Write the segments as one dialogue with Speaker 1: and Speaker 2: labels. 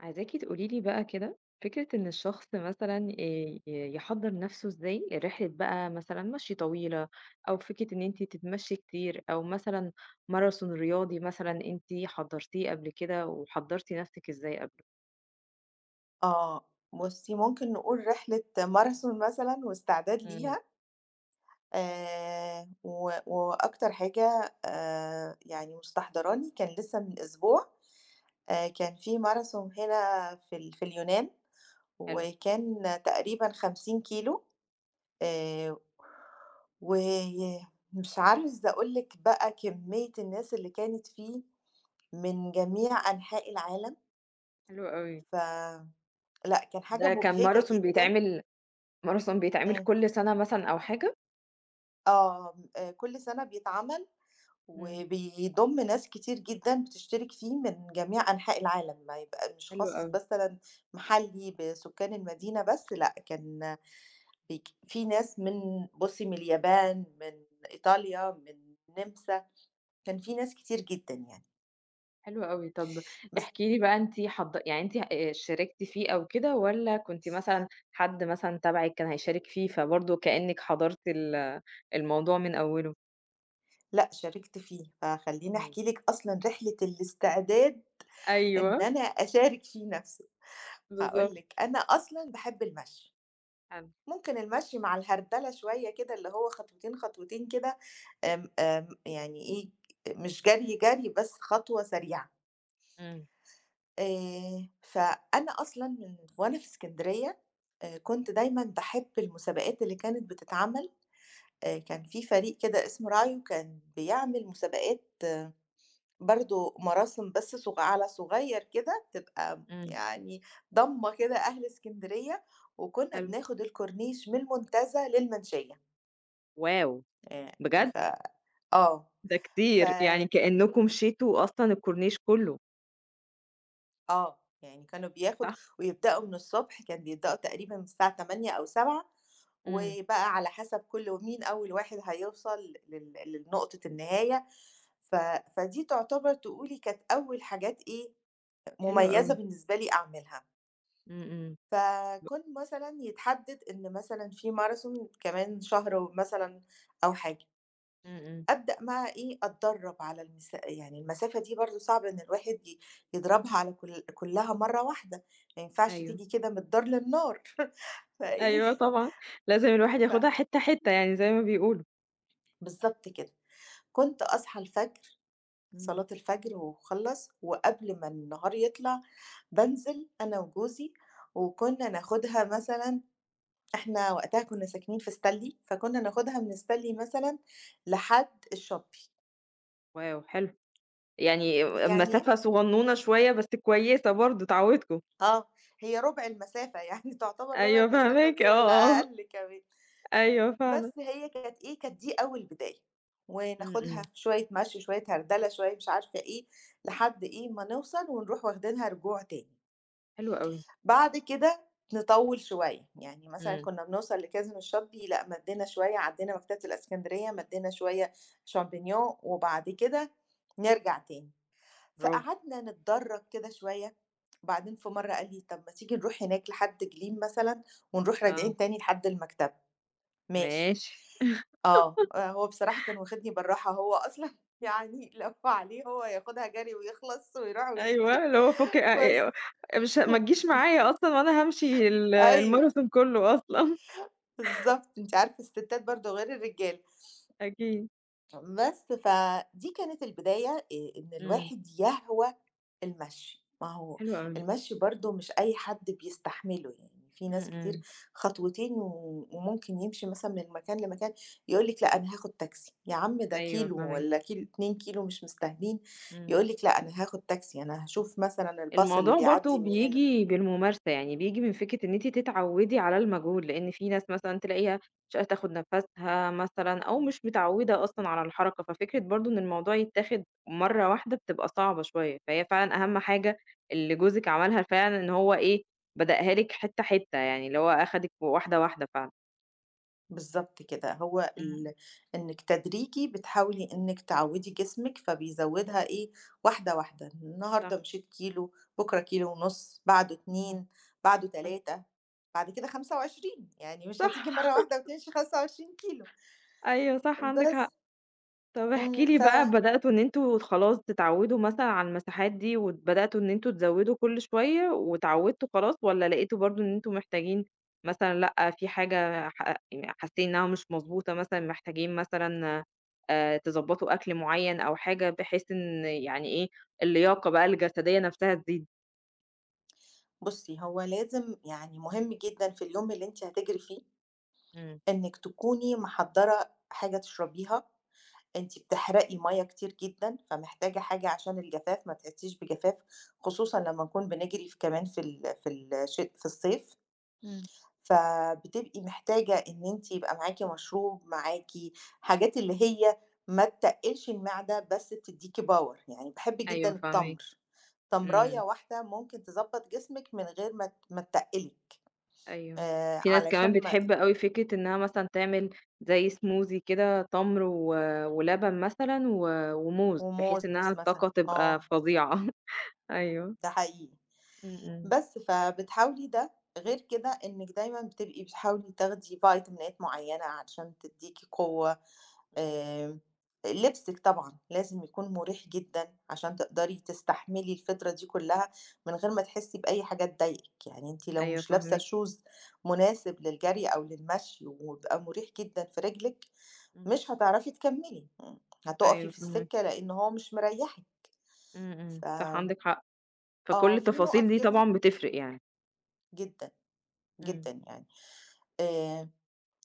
Speaker 1: عايزاكِ تقولي لي بقى كده، فكرة إن الشخص مثلًا يحضّر نَفْسه إزاي لرحلة بقى مثلًا مشي طويلة، أو فكرة إن أنتِ تتمشي كتير، أو مثلًا ماراثون رياضي مثلًا أنتِ حضّرتيه قبل كده، وحضّرتِ نَفْسِك إزاي قبله؟
Speaker 2: آه، بُصّي ممكن نقول رحلة ماراثون مثلًا واستعداد
Speaker 1: إمم،
Speaker 2: ليها، و وأكتر حاجة يعني مستحضراني كان لسه من أسبوع، كان في ماراثون هنا في اليونان،
Speaker 1: حلو.
Speaker 2: وكان تقريبًا 50 كيلو آآ ومش عاوزة أقول لِك بقى كمية الناس اللي كانت فيه من جميع أنحاء العالم،
Speaker 1: حلو أوي.
Speaker 2: فلأ كان حاجة
Speaker 1: ده كان
Speaker 2: مبهجة
Speaker 1: ماراثون
Speaker 2: جدًا.
Speaker 1: بيتعمل ماراثون بيتعمل
Speaker 2: إمم.
Speaker 1: كل سَنة مثلًا أو حاجة؟
Speaker 2: آه، كل سَنة بيتعمل
Speaker 1: إمم.
Speaker 2: وبيضم ناس كتير جدًا بتشترك فيه من جميع أنحاء العالم، ما يبقى مش
Speaker 1: حلو
Speaker 2: خاصص
Speaker 1: أوي.
Speaker 2: مثلًا محلّي بسكان المدينة بس، لأ كان بيك في ناس من بُصّي من اليابان، من إيطاليا، من النمسا، كان في ناس كتير جدًا يعني.
Speaker 1: حلو أوي. طب احكي لي بقى أنتِ حض يعني أنتِ شاركتِ فيه أو كده والّا كنتِ مثلًا حد مثلًا تبعِك كان هيشارك فيه،
Speaker 2: بس
Speaker 1: فبرضه كإنِّك حضرتِ الموضوع من أوله؟
Speaker 2: لأ، شاركت فيه، فخلّيني
Speaker 1: إمم.
Speaker 2: أحكي لِك أصلًا رحلة الاستعداد إن
Speaker 1: أيوه،
Speaker 2: أنا أشارك فيه نَفْسه. هاقول
Speaker 1: بالضبط.
Speaker 2: لِك، أنا أصلًا باحب المشي،
Speaker 1: حلو.
Speaker 2: ممكن المشي مع الهردلة شوية كده اللي هو خطوتين، خطوتين كده آمم، آمم، يعني إيه، مش جري، جري، بس خطوة سريعة.
Speaker 1: إمم،
Speaker 2: فأنا أصلًا من وأنا في إسكندرية كنت دايمًا باحب المسابقات اللي كانت بتتعمل، كان في فريق كده اسمه رايو كان بيعمل مسابقات برضه مراسم بس على صغيّر كده تبقى
Speaker 1: إمم.
Speaker 2: يعني ضامّة كده أهل إسكندرية، وكنّا
Speaker 1: حلو.
Speaker 2: بناخد الكورنيش من المنتزه للمنشية،
Speaker 1: واو!
Speaker 2: آآ
Speaker 1: بجد؟
Speaker 2: ف آه،
Speaker 1: ده
Speaker 2: ف
Speaker 1: كتير، يعني كإنكم مشيتوا أصلًا الكورنيش كُلّه،
Speaker 2: آه، يعني كانوا بياخد
Speaker 1: صح؟
Speaker 2: ويبدأوا من الصبح، كان بيبدأوا تقريبًا من الساعة 8:00 أو 7:00
Speaker 1: إمم،
Speaker 2: وبقى على حسب كل مين أول واحد هيوصل لنقطة النهاية، ف فدي تعتبر تقولي كانت أول حاجات إيه،
Speaker 1: حلو
Speaker 2: مميزة
Speaker 1: أوي.
Speaker 2: بالنسبة لي أعملها.
Speaker 1: إمم، إمم. ب
Speaker 2: فكان مثلًا يتحدد إن مثلًا في ماراثون كمان شهر مثلًا أو حاجة،
Speaker 1: إمم، إمم.
Speaker 2: أبدأ بقى إيه، أتدرّب على المسا يعني المسافة دي برضه صعب إن الواحد يضربها على كلّها مرّة واحدة، ما ينفعش
Speaker 1: أيوه.
Speaker 2: تيجي كده من الدار للنار فإيه،
Speaker 1: أيوه طبعًا، لازم الواحد
Speaker 2: ف
Speaker 1: ياخدها حتّة، حتّة يعني زي ما بيقولوا.
Speaker 2: بالضبط كده، كنت أصحى الفجر،
Speaker 1: إمم،
Speaker 2: صلاة الفجر وأخلّص وقبل ما النهار يطلع بانزل أنا وجوزي، وكنا ناخدها مثلًا إحنا وقتها كنا ساكنين في ستانلي، فكنا ناخدها من ستانلي مثلًا لحد الشاطئ،
Speaker 1: واو حلو. يعني
Speaker 2: يعني
Speaker 1: مسافة صغنونة شوية بس كويسة برضه تعوّدكم.
Speaker 2: آه، هي ربع المسافة يعني تعتبر ربع
Speaker 1: أيوه
Speaker 2: المسافة
Speaker 1: فاهماك،
Speaker 2: دي والّا
Speaker 1: آه، آه،
Speaker 2: أقل كمان،
Speaker 1: أيوه
Speaker 2: بس
Speaker 1: فعلًا.
Speaker 2: هي كانت إيه، كانت دي أول بداية،
Speaker 1: إمم،
Speaker 2: وناخدها
Speaker 1: إمم،
Speaker 2: شوية مشي، شوية هردلة، شوية مش عارفة إيه، لحد إيه، ما نوصل ونروح واخدينها رجوع تاني.
Speaker 1: حلو أوي،
Speaker 2: بعد كده نطوّل شوية، يعني مثلًا
Speaker 1: إمم،
Speaker 2: كنّا بنوصل لكاظم الشاطبي، لأ مدّينا شوية، عدّينا مكتبة الإسكندرية، مدّينا شوية شامبينيون، وبعد كده نرجع تاني.
Speaker 1: برافو،
Speaker 2: فقعدنا نتدرّج كده شوية، وبعدين في مرّة قال لي: "طب ما تيجي نروح هناك لحد جليم مثلًا ونروح
Speaker 1: آه،
Speaker 2: راجعين تاني لحد المكتبة." ماشي،
Speaker 1: ماشي،
Speaker 2: آه، آه، هو بصراحة كان واخدني بالراحة، هو أصلًا يعني لو عليه هو ياخدها جري ويخلص ويروح وييجي،
Speaker 1: أيوه، اللي هو فُكِ
Speaker 2: بس
Speaker 1: أ أ مش ما تجيش معايا أصلًا وأنا هامشي
Speaker 2: أيوه.
Speaker 1: الماراثون كلّه أصلًا
Speaker 2: بالضبط، أنتِ عارفة الستات برضه غير الرجالة،
Speaker 1: أكيد،
Speaker 2: بس فدي كانت البداية إن
Speaker 1: إمم،
Speaker 2: الواحد يهوى المشي، ما هو
Speaker 1: حلو أوي،
Speaker 2: المشي برضه مش أي حد بيستحمله يعني، في
Speaker 1: إمم،
Speaker 2: ناس كتير
Speaker 1: إمم،
Speaker 2: خطوتين و وممكن يمشي مثلًا من مكان لمكان يقول لِك لأ أنا هاخد تاكسي، يا عم ده
Speaker 1: أيوه
Speaker 2: كيلو
Speaker 1: فاهماك،
Speaker 2: والّا كيلو 2 كيلو مش مستاهلين،
Speaker 1: إمم.
Speaker 2: يقول لِك لأ أنا هاخد تاكسي، أنا هاشوف مثلًا الباص اللي
Speaker 1: الموضوع برضه
Speaker 2: بيعدّي من هنا،
Speaker 1: بييجي بالممارسة، يعني بييجي من فكرة إن أنتِ تتعوّدي على المجهول، لإن في ناس مثلًا تلاقيها مش قادرة تاخد نَفَسها مثلًا أو مش متعوّدة أصلًا على الحركة، ففكرة برضه إن الموضوع يتاخد مرّة واحدة بتبقى صعبة شوية، فهي فعلًا أهم حاجة اللي جوزِك عملها فعلًا إن هو إيه، بدأها لِك حتّة، حتّة، يعني اللي هو أخدِك واحدة، واحدة فعلًا.
Speaker 2: بالضبط كده، هو
Speaker 1: إمم، إمم،
Speaker 2: ال إنِّك تدريجي بتحاولي إنِّك تعوّدي جسمِك، فبيزوّدها إيه، واحدة، واحدة،
Speaker 1: صح.
Speaker 2: النهارده مشيت كيلو، بُكرة كيلو ونُص، بعده
Speaker 1: إمم.
Speaker 2: 2، بعده
Speaker 1: صح،
Speaker 2: 3، بعد كده 25، يعني مش هتيجي مرّة
Speaker 1: صح،
Speaker 2: واحدة وتمشي 25 كيلو،
Speaker 1: أيوه صح، عندِك حق.
Speaker 2: بس.
Speaker 1: طب احكِ
Speaker 2: إمم،
Speaker 1: لي بقى بدأتوا إن أنتم خلاص تتعوّدوا مثلًا على المساحات دي، وبدأتوا إن أنتم تزوّدوا كل شوية واتعوّدتوا خلاص، والّا لقيتوا برضه إن أنتم محتاجين مثلًا لأ، في حاجة ح يعني حاسين إنها مش مضبوطة مثلًا، محتاجين مثلًا تضبّطوا أكل معيّن أو حاجة بحيث إن يعني إيه، اللياقة بقى الجسدية نَفْسها تزيد؟
Speaker 2: بُصّي، هو لازم يعني مهم جدًا في اليوم اللي أنتِ هتجري فيه،
Speaker 1: إمم.
Speaker 2: إنِّك تكوني محضّرة حاجة تشربيها أنتِ بتحرقي مَيّة كتير جدًا، فمحتاجة حاجة عشان الجفاف ما تحسيش بجفاف، خصوصًا لمّا نكون بنجري في كمان في ال في الش في الصيف،
Speaker 1: إمم.
Speaker 2: فبتبقي محتاجة إن أنتِ يبقى معاكِ مشروب، معاكِ حاجات اللي هي ما تتقِّلش المعدة بس بتدّيكِ power، يعني باحب جدًا
Speaker 1: أيوه فاهماك.
Speaker 2: التمر، تمراية
Speaker 1: إمم.
Speaker 2: واحدة ممكن تضبّط جسمِك من غير ما ما تتقِّلي،
Speaker 1: أيوه. في ناس
Speaker 2: علشان
Speaker 1: كمان
Speaker 2: ما
Speaker 1: بتحب أوي فكرة إنها مثلًا تعمل زي smoothie كده تمر ولبن مثلًا وموز، بحيث
Speaker 2: وموز
Speaker 1: إنها
Speaker 2: مثلًا،
Speaker 1: الطاقة تبقى
Speaker 2: آه،
Speaker 1: فظيعة. أيوه.
Speaker 2: ده حقيقي.
Speaker 1: إمم، إمم.
Speaker 2: بس، فبتحاولي ده، غير كده إنِّك دايمًا بتبقي بتحاولي تاخدي فيتامينات معيّنة علشان تدّيكِ قوة،
Speaker 1: إمم.
Speaker 2: آآ، لبسِك طبعًا لازم يكون مُريح جدًا عشان تقدري تستحملي الفترة دي كلّها من غير ما تحسّي بأي حاجة تضايقِك، يعني أنتِ لو
Speaker 1: أيوه
Speaker 2: مش لابسة
Speaker 1: فاهماك.
Speaker 2: shoes مناسب للجري أو للمشي ويبقى مُريح جدًا في رجلِك،
Speaker 1: إمم.
Speaker 2: مش هتعرفي تكمّلي، إمم، هتُقفي
Speaker 1: أيوه
Speaker 2: في
Speaker 1: فاهماك.
Speaker 2: السكة لإن هو مش مريّحِك،
Speaker 1: إمم،
Speaker 2: ف
Speaker 1: إمم. صح عندِك حق. فكل
Speaker 2: آه، في
Speaker 1: التفاصيل
Speaker 2: نُقط
Speaker 1: دي
Speaker 2: كده
Speaker 1: طبعًا بتفرق يعني.
Speaker 2: جدًا،
Speaker 1: إمم.
Speaker 2: جدًا يعني، آآ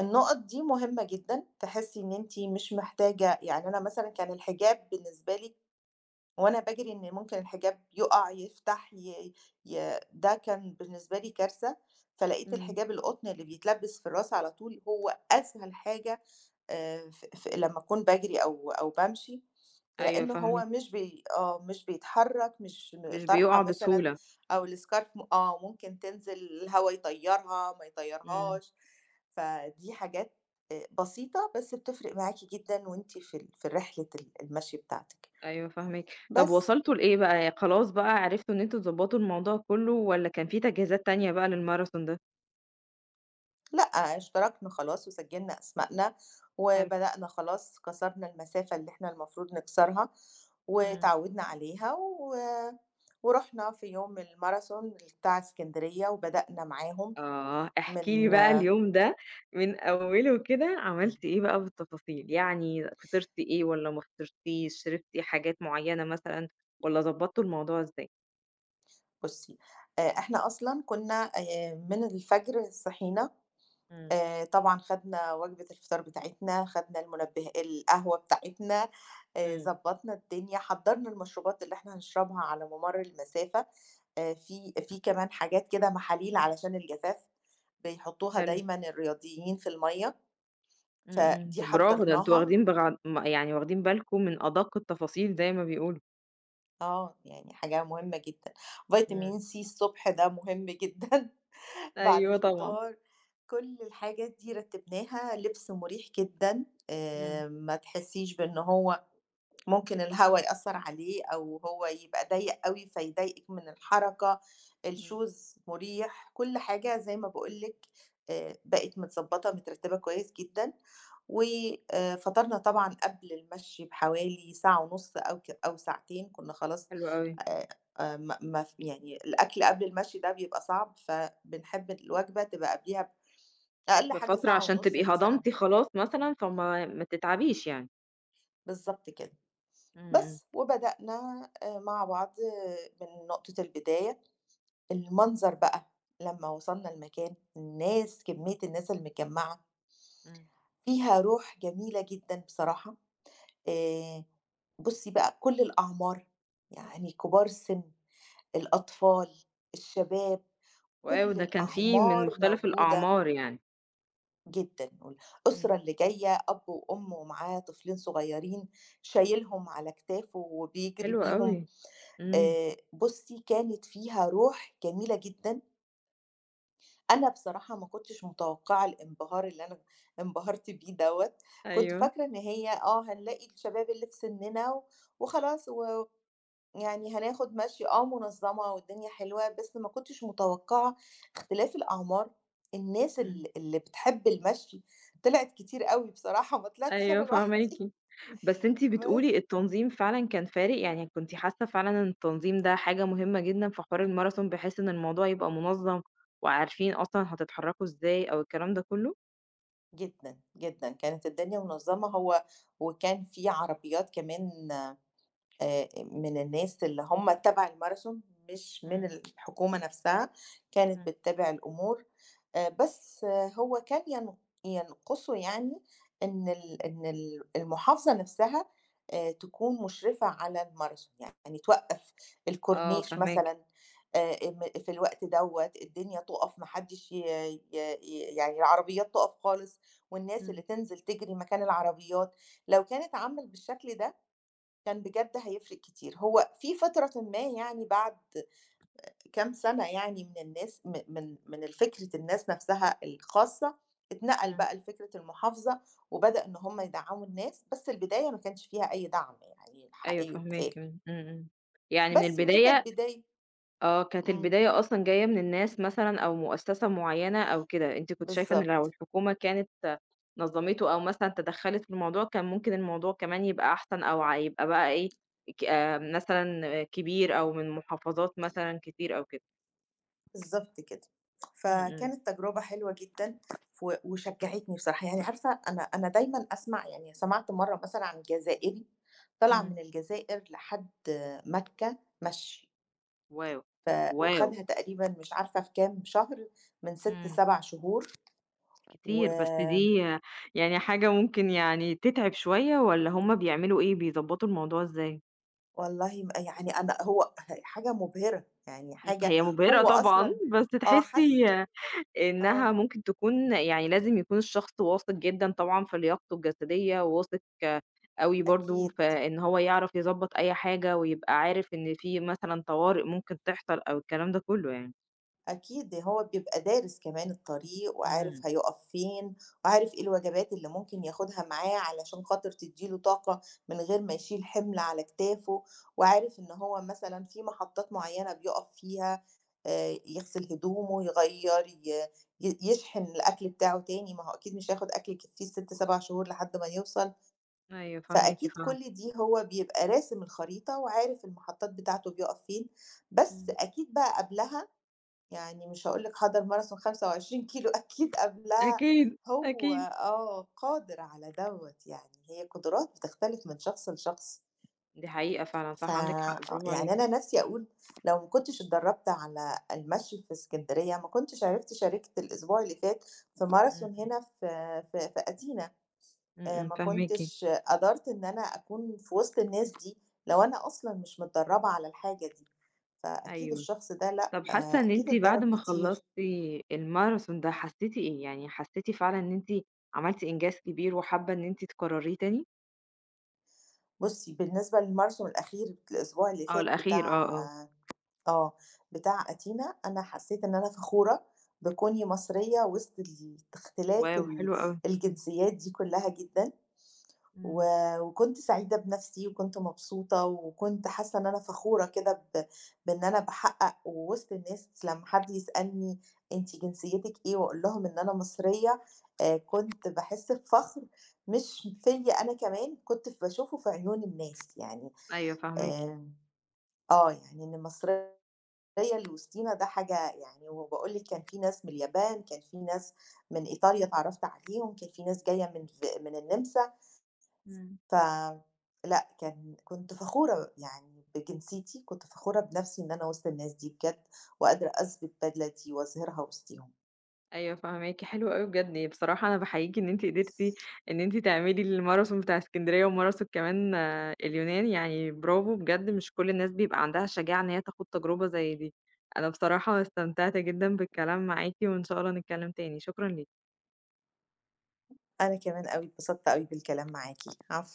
Speaker 2: النقط دي مهمة جدًا، تحسّي إن أنتِ مش محتاجة يعني أنا مثلًا كان الحجاب بالنسبة لي وأنا باجري إن ممكن الحجاب يُقع، يفتح، ي ي ده كان بالنسبة لي كارثة، فلقيت
Speaker 1: إمم.
Speaker 2: الحجاب القطن اللي بيتلبس في الراس على طول هو أسهل حاجة ف لمّا أكون باجري أو بامشي،
Speaker 1: أيوه
Speaker 2: لإن هو
Speaker 1: فاهماك.
Speaker 2: مش بي آه، مش بيتحرك، مش م
Speaker 1: مش بيُقع
Speaker 2: الطرحة مثلًا
Speaker 1: بسهولة.
Speaker 2: أو الscarf م آه، ممكن تنزل الهوا يطيّرها، ما
Speaker 1: إمم.
Speaker 2: يطيّرهاش، فدي حاجات بسيطة بس بتفرق معاكِ جدًا وأنتِ في رحلة المشي بتاعتِك.
Speaker 1: أيوه فاهماك. طب
Speaker 2: بس
Speaker 1: وصلتوا لإيه بقى؟ خلاص بقى عرفتوا إن أنتم تضبّطوا الموضوع كُلّه والّا كان في تجهيزات تانية بقى للmarathon ده؟
Speaker 2: لأ، اشتركنا خلاص وسجّلنا أسمائنا،
Speaker 1: حلو.
Speaker 2: وبدأنا خلاص كسرنا المسافة اللي إحنا المفروض نكسرها،
Speaker 1: إمم.
Speaker 2: واتعوّدنا عليها و ورُحنا في يوم الmarathon بتاع إسكندرية وبدأنا معاهم.
Speaker 1: آه، احكِ لي
Speaker 2: من
Speaker 1: بقى اليوم ده من أوله كده عملتِ إيه بقى بالتفاصيل، يعني فطرتِ إيه والّا ما فطرتيش، شربتِ حاجات معيّنة مثلًا والّا ضبّطتوا الموضوع إزاي؟
Speaker 2: بُصّي، إحنا أصلًا كُنّا من الفجر صحينا،
Speaker 1: إمم،
Speaker 2: طبعًا خدنا وجبة الفطار بتاعتنا، خدنا المنبه القهوة بتاعتنا،
Speaker 1: إمم،
Speaker 2: ضبّطنا الدنيا، حضّرنا المشروبات اللي إحنا هنشربها على مَمَر المسافة، في كمان حاجات كده محاليل علشان الجفاف، بيحطّوها
Speaker 1: حلو،
Speaker 2: دايمًا الرياضيين في المَيّة،
Speaker 1: إمم، إمم.
Speaker 2: فدي
Speaker 1: طب برافو، ده أنتم
Speaker 2: حضّرناها
Speaker 1: واخدين بغ م يعني واخدين بالكم من أدق التفاصيل زي ما بيقولوا.
Speaker 2: آه، يعني حاجة مهمة جدًا.
Speaker 1: إمم.
Speaker 2: فيتامين C الصبح ده مهم جدًا. بعد
Speaker 1: أيوه طبعًا.
Speaker 2: الفطار كل الحاجات دي رتّبناها، لبس مُريح جدًا،
Speaker 1: إمم،
Speaker 2: ما تحسّيش بإن هو ممكن الهوا يأثّر عليه أو هو يبقى ضيّق أوي فيضايقِك من الحركة،
Speaker 1: إمم.
Speaker 2: الshoes مُريح، كل حاجة زي ما باقول لِك بقت متضبّطة، مترتّبة كويس جدًا، و فطرنا طبعًا قبل المشي بحوالي ساعة ونُص أو أو ساعتين، كُنّا خلاص
Speaker 1: حلو أوي،
Speaker 2: آآ ما ما ف يعني الأكل قبل المشي ده بيبقى صعب، فبنحب الوجبة تبقى قبليها أقل حاجة
Speaker 1: بفترة
Speaker 2: ساعة
Speaker 1: عشان
Speaker 2: ونُص
Speaker 1: تبقي
Speaker 2: مثلًا،
Speaker 1: هضمتِ خلاص مثلًا فما ما تتعبيش يعني.
Speaker 2: بالضبط كده.
Speaker 1: إمم، إمم،
Speaker 2: بس، وبدأنا مع بعض آه، من نقطة البداية، المنظر بقى لمّا وصلنا المكان، الناس كمية الناس المتجمّعة،
Speaker 1: إمم.
Speaker 2: فيها روح جميلة جدًا بصراحة. آآ بُصّي بقى كل الأعمار، يعني كبار السِن، الأطفال، الشباب،
Speaker 1: واو!
Speaker 2: كل
Speaker 1: ده كان في من
Speaker 2: الأعمار
Speaker 1: مختلف
Speaker 2: موجودة.
Speaker 1: الأعمار يعني.
Speaker 2: جدًا، والأسرة
Speaker 1: إمم.
Speaker 2: اللي جاية أب وأم ومعاه طفلين صغيّرين شايلهم على كتافه وبيجري
Speaker 1: حلو
Speaker 2: بيهم،
Speaker 1: أوي. إمم.
Speaker 2: بُصّي كانت فيها روح جميلة جدًا، أنا بصراحة ما كنتش متوقعة الانبهار اللي أنا انبهرت بيه دوّة، كنت
Speaker 1: أيوه.
Speaker 2: فاكرة إن هي آه هنلاقي الشباب اللي في سننا وخلاص وخلاص، يعني هناخد مشي آه منظمة والدنيا حلوة، بس ما كنتش متوقعة اختلاف الأعمار، الناس
Speaker 1: إمم.
Speaker 2: اللي بتحب المشي طلعت كتير أوي بصراحة، ما طلعتش أنا
Speaker 1: أيوه فاهماكِ.
Speaker 2: لوحدي
Speaker 1: بس أنتِ بتقولي
Speaker 2: بس
Speaker 1: التنظيم فعلًا كان فارق، يعني كنتِ حاسة فعلًا إن التنظيم ده حاجة مهمة جدًا في حوار الماراثون بحيث إن الموضوع يبقى منظَّم وعارفين أصلًا هتتحرّكوا إزاي أو الكلام ده كُلّه؟
Speaker 2: جدًا، جدًا، كانت الدنيا منظمة هو وكان في عربيات كمان من الناس اللي هم تبع الماراثون، مش من
Speaker 1: إمم.
Speaker 2: الحكومة نفسها، كانت
Speaker 1: إمم.
Speaker 2: بتتابع الأمور، بس آه، هو كان ينقصه يعني إن ال المحافظة نفسها تكون مُشرفة على الماراثون، يعني توقّف
Speaker 1: آه
Speaker 2: الكورنيش
Speaker 1: فاهماكِ.
Speaker 2: مثلًا م في الوقت دوّة، الدنيا تُقف، ما حدّش ي ي ي يعني العربيات تُقف خالص والناس
Speaker 1: إمم.
Speaker 2: اللي تنزل تجري مكان العربيات، لو كانت عمّلِت بالشكل ده كان بجد هيفرق كتير. هو في فترةٍ ما يعني بعد كام سنة يعني من الناس م من من فكرة الناس نفسها الخاصة، اتنقل
Speaker 1: إمم.
Speaker 2: بقى لفكرة المحافظة، وبدأ إن هم يدعّموا الناس، بس البداية ما كانش فيها أي دعم يعني الحق
Speaker 1: أيوه
Speaker 2: يتقال،
Speaker 1: فاهماكِ. إمم. إمم، إمم. يعني من
Speaker 2: بس ودي
Speaker 1: البداية
Speaker 2: كانت بداية
Speaker 1: آه، كانت
Speaker 2: إمم،
Speaker 1: البداية أصلًا جاية من الناس مثلًا أو مؤسسة معيّنة أو كده، أنتِ كنتِ شايفة إن لو
Speaker 2: بالضبط.
Speaker 1: الحكومة كانت نظّمته أو مثلًا تدخّلت في الموضوع، كان ممكن الموضوع كمان يبقى أحسن أو يبقى بقى إيه، ك مثلًا كبير أو من محافظات مثلًا كتير أو كده.
Speaker 2: بالضبط كده.
Speaker 1: إمم، إمم.
Speaker 2: فكانت تجربة حلوة جدًا وشجّعتني بصراحة، يعني عارفة أنا دايمًا أسمع يعني سمعت مرّة مثلًا عن جزائري طلع من
Speaker 1: إمم.
Speaker 2: الجزائر لحد مكة مشي،
Speaker 1: واو!
Speaker 2: ف
Speaker 1: واو!
Speaker 2: وخدها تقريبًا مش عارفة في كام شهر من 6،
Speaker 1: إمم،
Speaker 2: 7 شهور و
Speaker 1: كتير، بس دي آه، يعني حاجة ممكن يعني تتعب شوية والّا هُم بيعملوا إيه، بيضبّطوا الموضوع إزاي؟
Speaker 2: والله يعني أنا هو ه حاجة مبهرة، يعني
Speaker 1: إمم،
Speaker 2: حاجة
Speaker 1: هي مبهرة
Speaker 2: هو
Speaker 1: طبعًا،
Speaker 2: أصلًا
Speaker 1: بس
Speaker 2: آه،
Speaker 1: تحسّي
Speaker 2: حَس آه،
Speaker 1: إنها ممكن تكون يعني لازم يكون الشخص واثق جدًا طبعًا في لياقته الجسدية، وواثق أوي برضه
Speaker 2: أكيد.
Speaker 1: في إن هو يعرف يضبّط أي حاجة، ويبقى عارف إن في مثلًا طوارئ ممكن تحصل أو الكلام ده كلّه يعني.
Speaker 2: أكيد، ده هو بيبقى دارس كمان الطريق
Speaker 1: إمم.
Speaker 2: وعارف هيُقف فين، وعارف إيه الوجبات اللي ممكن ياخدها معاه علشان خاطر تدّي له طاقة من غير ما يشيل حِمل على كتافه، وعارف إن هو مثلًا في محطات معيّنة بيُقف فيها يغسل هدومه، يغيّر، ي ي يشحن الأكل بتاعه تاني، ما هو أكيد مش هياخد أكل يكفيه ال6، 7 شهور لحد ما يوصل،
Speaker 1: أيوه فاهماكِ
Speaker 2: فأكيد
Speaker 1: فعلًا.
Speaker 2: كل دي هو بيبقى راسم الخريطة وعارف المحطات بتاعته بيُقف فين، بس
Speaker 1: إمم.
Speaker 2: أكيد بقى قبلها يعني مش هاقول لِك حضَر ماراثون 25 كيلو أكيد قبلها
Speaker 1: أكيد،
Speaker 2: هو
Speaker 1: أكيد.
Speaker 2: آه، قادر على دوّة، يعني هي قدرات بتختلف من شخص لشخص.
Speaker 1: دي حقيقة فعلًا
Speaker 2: ف
Speaker 1: صح، عندِك
Speaker 2: آه،
Speaker 1: حق، برافو
Speaker 2: يعني
Speaker 1: عليكِ.
Speaker 2: أنا نفسي أقول لو ما كنتش اتدرّبت على المشي في إسكندرية، ما كنتش عرفت شاركت الأسبوع اللي فات في
Speaker 1: إمم،
Speaker 2: ماراثون هنا في أتينا،
Speaker 1: إمم، إمم،
Speaker 2: ما
Speaker 1: فاهماكِ.
Speaker 2: كنتش قدرت إن أنا أكون في وسط الناس دي، لو أنا أصلًا مش متدرّبة على الحاجة دي، فأكيد
Speaker 1: أيوه.
Speaker 2: الشخص ده لأ،
Speaker 1: طب حاسة
Speaker 2: آه،
Speaker 1: إن
Speaker 2: أكيد
Speaker 1: أنتِ بعد
Speaker 2: اتدرّب
Speaker 1: ما خلّصتِ
Speaker 2: كتير.
Speaker 1: الماراثون ده حسيتِ إيه؟ يعني حسيتِ فعلًا إن أنتِ عملتِ إنجاز كبير وحابة إن أنتِ تكرريه تاني؟
Speaker 2: بُصّي، بالنسبة للماراثون الأخير الأسبوع اللي
Speaker 1: آه،
Speaker 2: فات
Speaker 1: الأخير آه، آه.
Speaker 2: آه، بتاع أتينا، أنا حسّيت إن أنا فخورة بكوني مصرية وسط اختلاف
Speaker 1: واو! حلو أوي.
Speaker 2: الجنسيات دي كلّها جدًا، و
Speaker 1: إمم.
Speaker 2: وكنت سعيدة بنَفْسي وكنت مبسوطة وكنت حاسّة إن أنا فخورة كده بإن أنا باحقّق ووسط الناس لمّا حد يسألني أنتِ جنسيتِك إيه وأقول لهم إن أنا مصرية، كنت باحس بفخر مش فيّا أنا كمان، كنت باشوفه في عيون الناس، يعني
Speaker 1: أيوه فاهماكِ.
Speaker 2: آمم، آه، يعني إن المصرية اللي وسطينا ده حاجة يعني وباقول لِك كان في ناس من اليابان، كان في ناس من إيطاليا اتعرّفت عليهم، كان في ناس جاية من النمسا،
Speaker 1: إمم.
Speaker 2: ف لأ، كان كنت فخورة يعني بجنسيتي، كنت فخورة بنَفْسي إن أنا وسط الناس دي بجد وقادرة أثبت بدلة دي وأظهرها وسطيهم.
Speaker 1: أيوه فاهماكِ، حلو أوي بجد. يعني بصراحة أنا باحييكِ إن أنتِ قدرتِ إن أنتِ تعملي الماراثون بتاع إسكندرية وماراثون كمان آه، اليونان، يعني برافو بجد مش كل الناس بيبقى عندها الشجاعة إن هي تخوض تجربة زي دي. أنا بصراحة استمتعت جدًا بالكلام معاكِ وإن شاء الله نتكلم تاني، شكرًا ليكِ.
Speaker 2: أنا كمان أوي اتبسطت أوي بالكلام معاكِ، عفو.